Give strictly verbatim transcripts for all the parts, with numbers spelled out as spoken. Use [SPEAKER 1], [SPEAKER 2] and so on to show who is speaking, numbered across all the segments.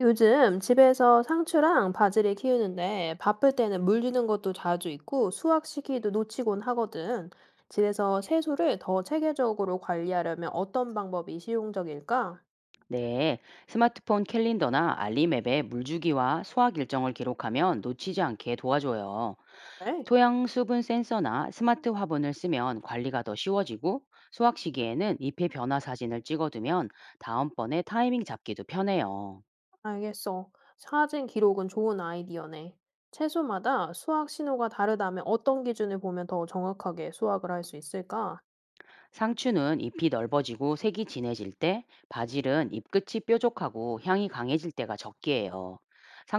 [SPEAKER 1] 요즘 집에서 상추랑 바지를 키우는데 바쁠 때는 물 주는 것도 자주 있고 수확 시기도 놓치곤 하거든. 집에서 채소를 더 체계적으로 관리하려면 어떤 방법이 실용적일까?
[SPEAKER 2] 네, 스마트폰 캘린더나 알림앱에 물주기와 수확 일정을 기록하면 놓치지 않게 도와줘요.
[SPEAKER 1] 네,
[SPEAKER 2] 토양 수분 센서나 스마트 화분을 쓰면 관리가 더 쉬워지고 수확 시기에는 잎의 변화 사진을 찍어두면 다음번에 타이밍 잡기도 편해요.
[SPEAKER 1] 알겠어. 사진 기록은 좋은 아이디어네. 채소마다 수확 신호가 다르다면 어떤 기준을 보면 더 정확하게 수확을 할 수 있을까?
[SPEAKER 2] 상추는 잎이 넓어지고 색이 진해질 때, 바질은 잎끝이 뾰족하고 향이 강해질 때가 적기예요.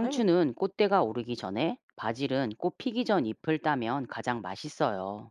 [SPEAKER 1] 네.
[SPEAKER 2] 꽃대가 오르기 전에, 바질은 꽃 피기 전 잎을 따면 가장 맛있어요.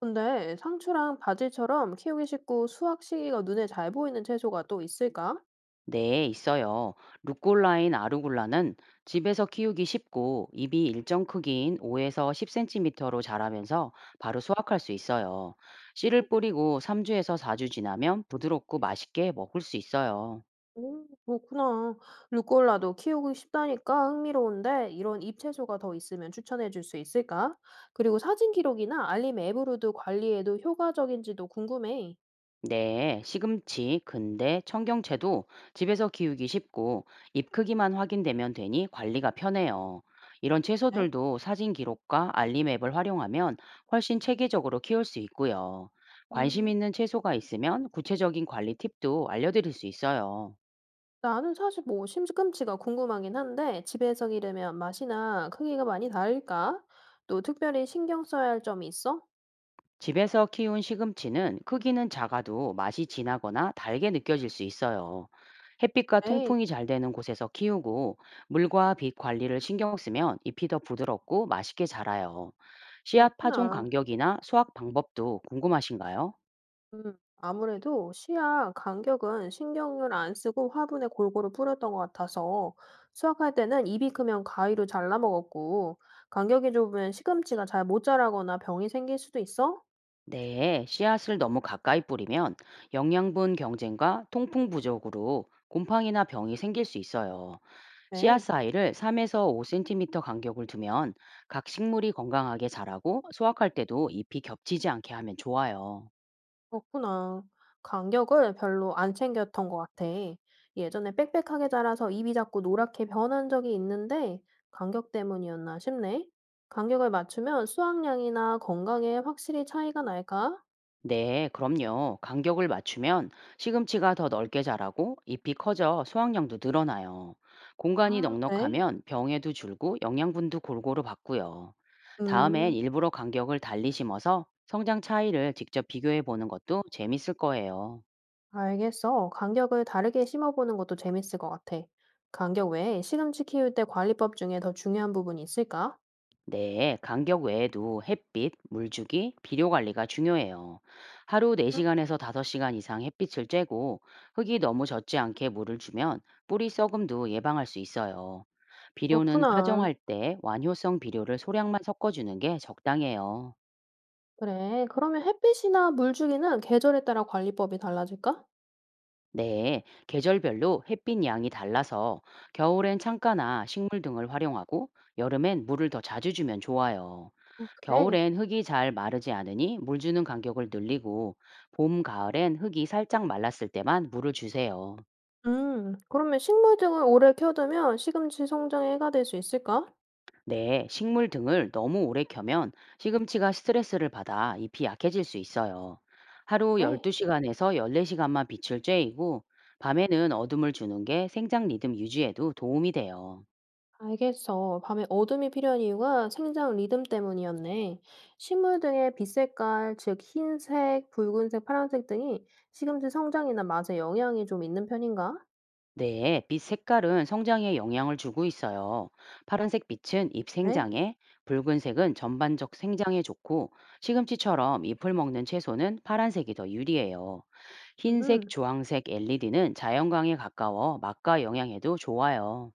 [SPEAKER 1] 근데 상추랑 바질처럼 키우기 쉽고 수확 시기가 눈에 잘 보이는 채소가 또 있을까?
[SPEAKER 2] 네, 있어요. 루꼴라인 아루굴라는 집에서 키우기 쉽고 잎이 일정 크기인 오에서 십 센티미터로 자라면서 바로 수확할 수 있어요. 씨를 뿌리고 삼 주에서 사 주 지나면 부드럽고 맛있게 먹을 수 있어요.
[SPEAKER 1] 음 그렇구나. 루꼴라도 키우고 싶다니까 흥미로운데 이런 잎채소가 더 있으면 추천해 줄 수 있을까? 그리고 사진 기록이나 알림 앱으로도 관리해도 효과적인지도 궁금해.
[SPEAKER 2] 네, 시금치, 근대, 청경채도 집에서 키우기 쉽고 잎 크기만 확인되면 되니 관리가 편해요. 이런
[SPEAKER 1] 네.
[SPEAKER 2] 채소들도 사진 기록과 알림 앱을 활용하면 훨씬 체계적으로 키울 수 있고요. 관심
[SPEAKER 1] 음,
[SPEAKER 2] 있는 채소가 있으면 구체적인 관리 팁도 알려드릴 수 있어요.
[SPEAKER 1] 나는 사실 뭐심지꿈치가 궁금하긴 한데 집에서 기르면 맛이나 크기가 많이 다를까? 또 특별히 신경 써야 할 점이 있어?
[SPEAKER 2] 집에서 키운 시금치는 크기는 작아도 맛이 진하거나 달게 느껴질 수 있어요. 햇빛과
[SPEAKER 1] 에이,
[SPEAKER 2] 통풍이 잘 되는 곳에서 키우고 물과 빛 관리를 신경 쓰면 잎이 더 부드럽고 맛있게 자라요. 씨앗 파종
[SPEAKER 1] 그렇구나.
[SPEAKER 2] 간격이나 수확 방법도 궁금하신가요?
[SPEAKER 1] 음, 아무래도 시야 간격은 신경을 안 쓰고 화분에 골고루 뿌렸던 것 같아서 수확할 때는 입이 크면 가위로 잘라 먹었고 간격이 좁으면 시금치가 잘 못 자라거나 병이 생길 수도 있어?
[SPEAKER 2] 네, 씨앗을 너무 가까이 뿌리면 영양분 경쟁과 통풍 부족으로 곰팡이나 병이 생길 수 있어요. 씨앗
[SPEAKER 1] 네,
[SPEAKER 2] 사이를 삼에서 오 센티미터 간격을 두면 각 식물이 건강하게 자라고 수확할 때도 잎이 겹치지 않게 하면 좋아요.
[SPEAKER 1] 그렇구나. 간격을 별로 안 챙겼던 것 같아. 예전에 빽빽하게 자라서 입이 자꾸 노랗게 변한 적이 있는데 간격 때문이었나 싶네. 간격을 맞추면 수확량이나 건강에 확실히 차이가 날까?
[SPEAKER 2] 네, 그럼요. 간격을 맞추면 시금치가 더 넓게 자라고 잎이 커져 수확량도 늘어나요. 공간이
[SPEAKER 1] 아, 그래?
[SPEAKER 2] 넉넉하면 병에도 줄고 영양분도 골고루 받고요. 다음엔
[SPEAKER 1] 음.
[SPEAKER 2] 일부러 간격을 달리 심어서 성장 차이를 직접 비교해 보는 것도 재밌을 거예요.
[SPEAKER 1] 알겠어. 간격을 다르게 심어보는 것도 재밌을 것 같아. 간격 외에 시금치 키울 때 관리법 중에 더 중요한 부분이 있을까?
[SPEAKER 2] 네, 간격 외에도 햇빛, 물주기, 비료 관리가 중요해요. 하루
[SPEAKER 1] 음,
[SPEAKER 2] 네 시간에서 다섯 시간 이상 햇빛을 쬐고 흙이 너무 젖지 않게 물을 주면 뿌리 썩음도 예방할 수 있어요. 비료는
[SPEAKER 1] 그렇구나.
[SPEAKER 2] 파종할 때 완효성 비료를 소량만 섞어주는 게 적당해요.
[SPEAKER 1] 그래. 그러면 햇빛이나 물 주기는 계절에 따라 관리법이 달라질까?
[SPEAKER 2] 네, 계절별로 햇빛 양이 달라서 겨울엔 창가나 식물 등을 활용하고 여름엔 물을 더 자주 주면 좋아요.
[SPEAKER 1] 그래.
[SPEAKER 2] 겨울엔 흙이 잘 마르지 않으니 물 주는 간격을 늘리고 봄, 가을엔 흙이 살짝 말랐을 때만 물을 주세요.
[SPEAKER 1] 음, 그러면 식물 등을 오래 키워두면 시금치 성장에 해가 될 수 있을까?
[SPEAKER 2] 네, 식물 등을 너무 오래 켜면 시금치가 스트레스를 받아 잎이 약해질 수 있어요. 하루
[SPEAKER 1] 그래.
[SPEAKER 2] 열두 시간에서 열네 시간만 빛을 쬐이고 밤에는 어둠을 주는 게 생장 리듬 유지에도 도움이 돼요.
[SPEAKER 1] 알겠어. 밤에 어둠이 필요한 이유가 생장 리듬 때문이었네. 식물 등의 빛 색깔, 즉 흰색, 붉은색, 파란색 등이 시금치 성장이나 맛에 영향이 좀 있는 편인가?
[SPEAKER 2] 네, 빛 색깔은 성장에 영향을 주고 있어요. 파란색 빛은 잎
[SPEAKER 1] 네?
[SPEAKER 2] 생장에, 붉은색은 전반적 생장에 좋고, 시금치처럼 잎을 먹는 채소는 파란색이 더 유리해요. 흰색,
[SPEAKER 1] 음,
[SPEAKER 2] 주황색 엘이디는 자연광에 가까워 막과 영양에도 좋아요.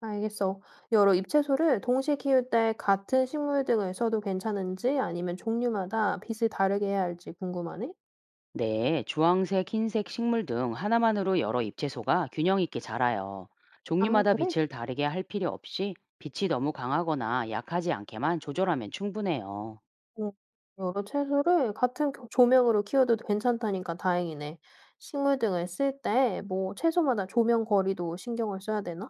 [SPEAKER 1] 알겠어. 여러 잎채소를 동시에 키울 때 같은 식물 등을 써도 괜찮은지 아니면 종류마다 빛을 다르게 해야 할지 궁금하네?
[SPEAKER 2] 네, 주황색, 흰색 식물 등 하나만으로 여러 잎채소가 균형 있게 자라요.
[SPEAKER 1] 아,
[SPEAKER 2] 종류마다
[SPEAKER 1] 그래?
[SPEAKER 2] 빛을 다르게 할 필요 없이 빛이 너무 강하거나 약하지 않게만 조절하면 충분해요.
[SPEAKER 1] 음. 여러 채소를 같은 겨 조명으로 키워도 괜찮다니까 다행이네. 식물 등을 쓸 때 뭐 채소마다 조명 거리도 신경을 써야 되나?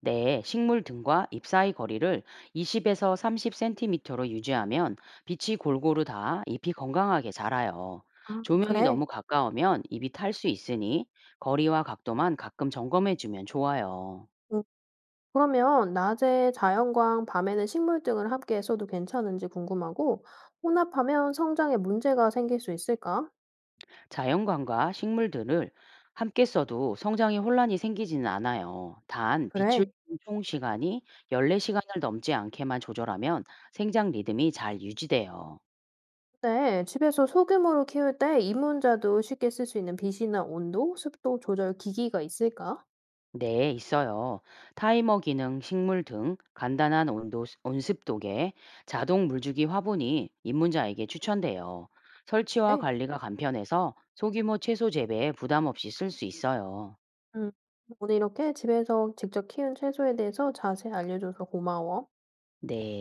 [SPEAKER 2] 네, 식물 등과 잎 사이 거리를 이십에서 삼십 센티미터로 유지하면 빛이 골고루 다 잎이 건강하게 자라요.
[SPEAKER 1] 아
[SPEAKER 2] 조명이
[SPEAKER 1] 그래?
[SPEAKER 2] 너무 가까우면 잎이 탈 수 있으니 거리와 각도만 가끔 점검해 주면 좋아요.
[SPEAKER 1] 음 그러면 낮에 자연광, 밤에는 식물 등을 함께 써도 괜찮은지 궁금하고 혼합하면 성장에 문제가 생길 수 있을까?
[SPEAKER 2] 자연광과 식물들을 함께 써도 성장에 혼란이 생기지는 않아요. 단, 비출
[SPEAKER 1] 그래.
[SPEAKER 2] 총 시간이 열네 시간을 넘지 않게만 조절하면 생장 리듬이 잘 유지돼요.
[SPEAKER 1] 근데 집에서 소규모로 키울 때 이문자도 쉽게 쓸 수 있는 빛이나 온도, 습도 조절 기기가 있을까?
[SPEAKER 2] 네, 있어요. 타이머 기능, 식물 등 간단한 온도, 온습도계, 자동 물주기 화분이 입문자에게 추천돼요. 설치와
[SPEAKER 1] 네.
[SPEAKER 2] 관리가 간편해서 소규모 채소 재배에 부담 없이 쓸 수 있어요.
[SPEAKER 1] 음. 오늘 이렇게 집에서 직접 키운 채소에 대해서 자세히 알려줘서 고마워.
[SPEAKER 2] 네.